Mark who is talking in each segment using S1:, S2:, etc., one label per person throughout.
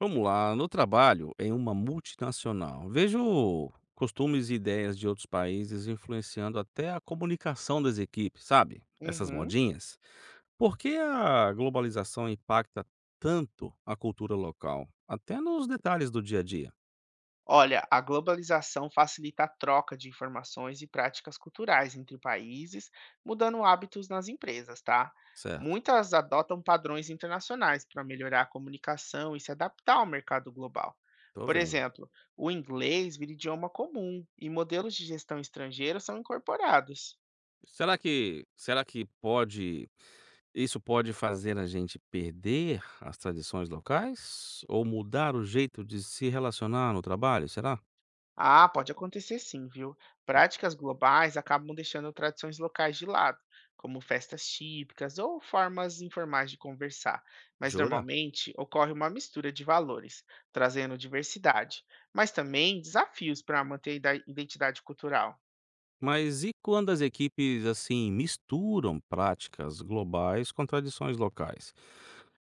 S1: Vamos lá, no trabalho, em uma multinacional, vejo costumes e ideias de outros países influenciando até a comunicação das equipes, sabe? Essas
S2: Uhum.
S1: modinhas. Por que a globalização impacta tanto a cultura local? Até nos detalhes do dia a dia,
S2: Olha, a globalização facilita a troca de informações e práticas culturais entre países, mudando hábitos nas empresas, tá?
S1: certo?
S2: Muitas adotam padrões internacionais para melhorar a comunicação e se adaptar ao mercado global.
S1: Tô
S2: Por
S1: vendo.
S2: exemplo, o inglês vira idioma comum e modelos de gestão estrangeira são incorporados.
S1: Será que, será que pode, isso pode fazer a gente perder as tradições locais? Ou mudar o jeito de se relacionar no trabalho, será?
S2: Ah, pode acontecer sim, viu? Práticas globais acabam deixando tradições locais de lado, como festas típicas ou formas informais de conversar, mas
S1: Jura?
S2: normalmente ocorre uma mistura de valores, trazendo diversidade, mas também desafios para manter a identidade cultural.
S1: Mas e quando as equipes, assim, misturam práticas globais com tradições locais?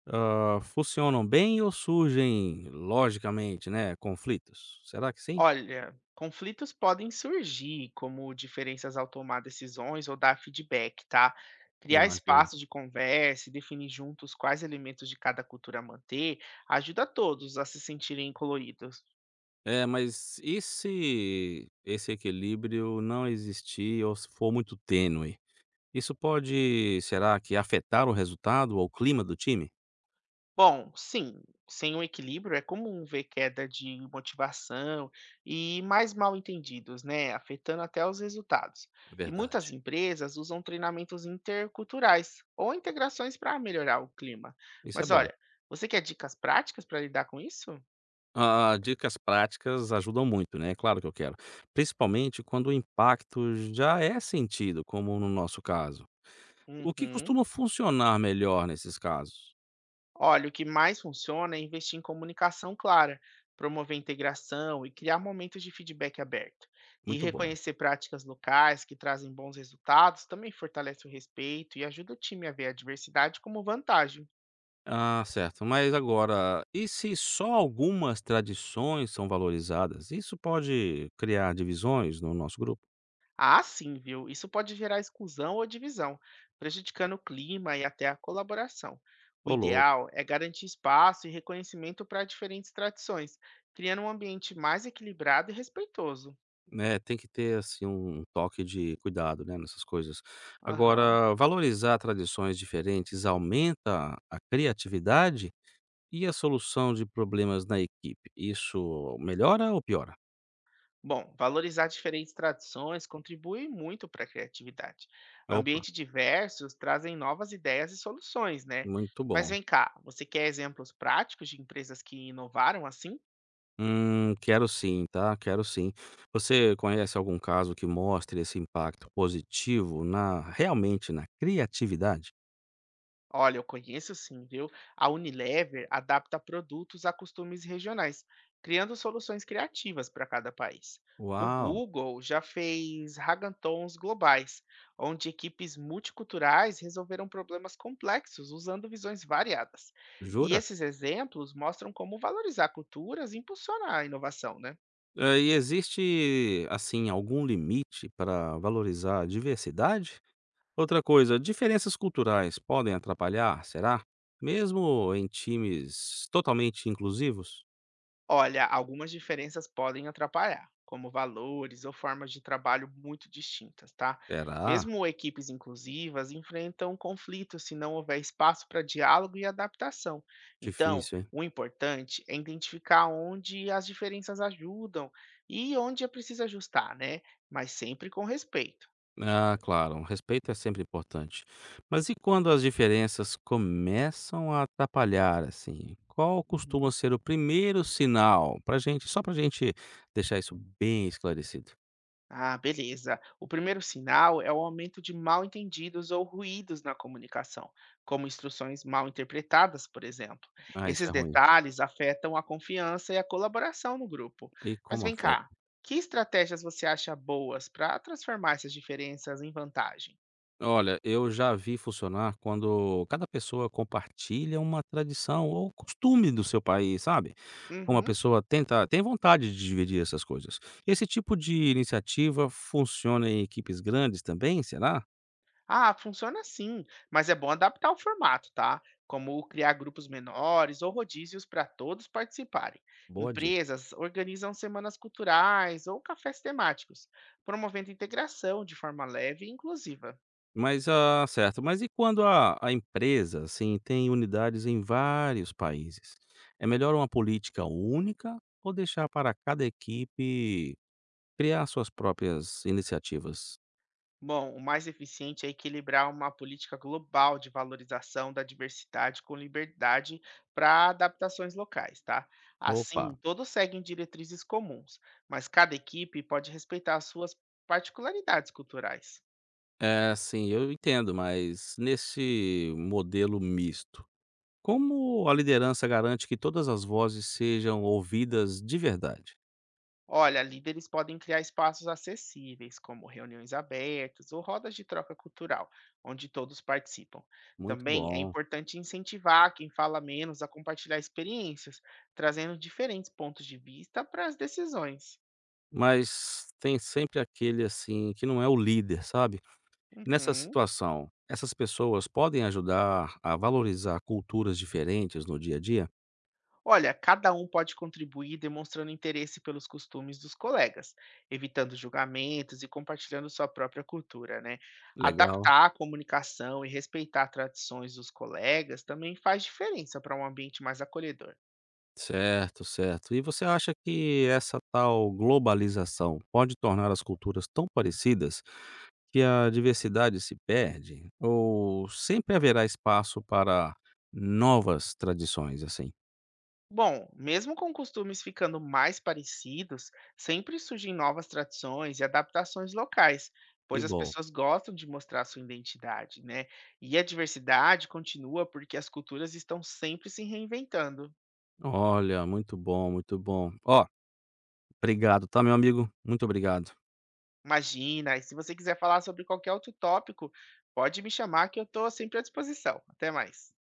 S1: Ah, funcionam bem ou surgem, logicamente, né, conflitos? Será que sim?
S2: Olha, conflitos podem surgir, como diferenças ao tomar decisões ou dar feedback, tá? Criar
S1: Imagino.
S2: espaços de conversa e definir juntos quais elementos de cada cultura manter ajuda a todos a se sentirem incluídos.
S1: É, mas e se esse equilíbrio não existir ou se for muito tênue? Isso pode, será que afetar o resultado ou o clima do time?
S2: Bom, sim, sem um equilíbrio é comum ver queda de motivação e mais mal entendidos, né, afetando até os resultados. E muitas
S1: Verdade.
S2: empresas usam treinamentos interculturais ou integrações para melhorar o clima.
S1: Isso é
S2: Mas
S1: bom.
S2: olha, você quer dicas práticas para lidar com isso?
S1: Ah, dicas práticas ajudam muito, né? Claro que eu quero. Principalmente quando o impacto já é sentido, como no nosso caso. O que
S2: Uhum.
S1: costuma funcionar melhor nesses casos?
S2: Olha, o que mais funciona é investir em comunicação clara, promover integração e criar momentos de feedback aberto. E
S1: Muito bom.
S2: reconhecer práticas locais que trazem bons resultados também fortalece o respeito e ajuda o time a ver a diversidade como vantagem.
S1: Ah, certo. Mas agora, e se só algumas tradições são valorizadas? Isso pode criar divisões no nosso grupo?
S2: Ah, sim, viu? Isso pode gerar exclusão ou divisão, prejudicando o clima e até a colaboração. O
S1: Ô, louco.
S2: ideal é garantir espaço e reconhecimento para diferentes tradições, criando um ambiente mais equilibrado e respeitoso.
S1: Né, tem que ter assim um toque de cuidado, né, nessas coisas.
S2: Aham.
S1: Agora, valorizar tradições diferentes aumenta a criatividade e a solução de problemas na equipe, isso melhora ou piora?
S2: Bom, valorizar diferentes tradições contribui muito para a criatividade.
S1: Opa,
S2: Ambientes diversos trazem novas ideias e soluções, né?
S1: muito
S2: Mas
S1: bom.
S2: vem cá, você quer exemplos práticos de empresas que inovaram assim?
S1: Quero sim, tá? Quero sim. Você conhece algum caso que mostre esse impacto positivo na realmente na criatividade?
S2: Olha, eu conheço sim, viu? A Unilever adapta produtos a costumes regionais, criando soluções criativas para cada país. O
S1: Uau,
S2: Google já fez hackathons globais, onde equipes multiculturais resolveram problemas complexos usando visões variadas. E
S1: jura?
S2: esses exemplos mostram como valorizar culturas e impulsionar a inovação, né?
S1: E existe assim algum limite para valorizar a diversidade? Outra coisa, diferenças culturais podem atrapalhar, será? Mesmo em times totalmente inclusivos?
S2: Olha, algumas diferenças podem atrapalhar, como valores ou formas de trabalho muito distintas, tá?
S1: Será?
S2: Mesmo equipes inclusivas enfrentam conflitos se não houver espaço para diálogo e adaptação. Então,
S1: Difícil, hein?
S2: o importante é identificar onde as diferenças ajudam e onde é preciso ajustar, né? Mas sempre com respeito.
S1: Ah, claro, o respeito é sempre importante. Mas e quando as diferenças começam a atrapalhar, assim? Qual costuma
S2: Uhum.
S1: ser o primeiro sinal pra gente, só pra gente deixar isso bem esclarecido?
S2: Ah, beleza. O primeiro sinal é o aumento de mal-entendidos ou ruídos na comunicação, como instruções mal interpretadas, por exemplo.
S1: Ah, isso
S2: Esses
S1: é ruim.
S2: detalhes afetam a confiança e a colaboração no grupo.
S1: E
S2: Mas
S1: como
S2: vem
S1: afeta?
S2: cá, que estratégias você acha boas para transformar essas diferenças em vantagem?
S1: Olha, eu já vi funcionar quando cada pessoa compartilha uma tradição ou costume do seu país, sabe? Como a
S2: Uhum.
S1: pessoa tenta, tem vontade de dividir essas coisas. Esse tipo de iniciativa funciona em equipes grandes também, será?
S2: Ah, funciona sim, mas é bom adaptar o formato, tá? Como criar grupos menores ou rodízios para todos participarem.
S1: Boa dica.
S2: Empresas organizam semanas culturais ou cafés temáticos, promovendo integração de forma leve e inclusiva.
S1: Mas, ah, certo. Mas e quando a empresa, assim, tem unidades em vários países? É melhor uma política única ou deixar para cada equipe criar suas próprias iniciativas?
S2: Bom, o mais eficiente é equilibrar uma política global de valorização da diversidade com liberdade para adaptações locais, tá?
S1: Opa!
S2: Assim, todos seguem diretrizes comuns, mas cada equipe pode respeitar as suas particularidades culturais.
S1: É, sim, eu entendo, mas nesse modelo misto, como a liderança garante que todas as vozes sejam ouvidas de verdade?
S2: Olha, líderes podem criar espaços acessíveis, como reuniões abertas ou rodas de troca cultural, onde todos participam.
S1: Muito
S2: Também é
S1: bom.
S2: importante incentivar quem fala menos a compartilhar experiências, trazendo diferentes pontos de vista para as decisões.
S1: Mas tem sempre aquele assim que não é o líder, sabe? Nessa
S2: Uhum.
S1: situação, essas pessoas podem ajudar a valorizar culturas diferentes no dia a dia?
S2: Olha, cada um pode contribuir demonstrando interesse pelos costumes dos colegas, evitando julgamentos e compartilhando sua própria cultura, né?
S1: Legal.
S2: Adaptar a comunicação e respeitar tradições dos colegas também faz diferença para um ambiente mais acolhedor.
S1: Certo, certo. E você acha que essa tal globalização pode tornar as culturas tão parecidas que a diversidade se perde ou sempre haverá espaço para novas tradições, assim?
S2: Bom, mesmo com costumes ficando mais parecidos, sempre surgem novas tradições e adaptações locais,
S1: Que
S2: pois as
S1: bom.
S2: pessoas gostam de mostrar sua identidade, né? E a diversidade continua porque as culturas estão sempre se reinventando.
S1: Olha, muito bom, muito bom. Ó, obrigado, tá, meu amigo? Muito obrigado.
S2: Imagina, e se você quiser falar sobre qualquer outro tópico, pode me chamar que eu estou sempre à disposição. Até mais.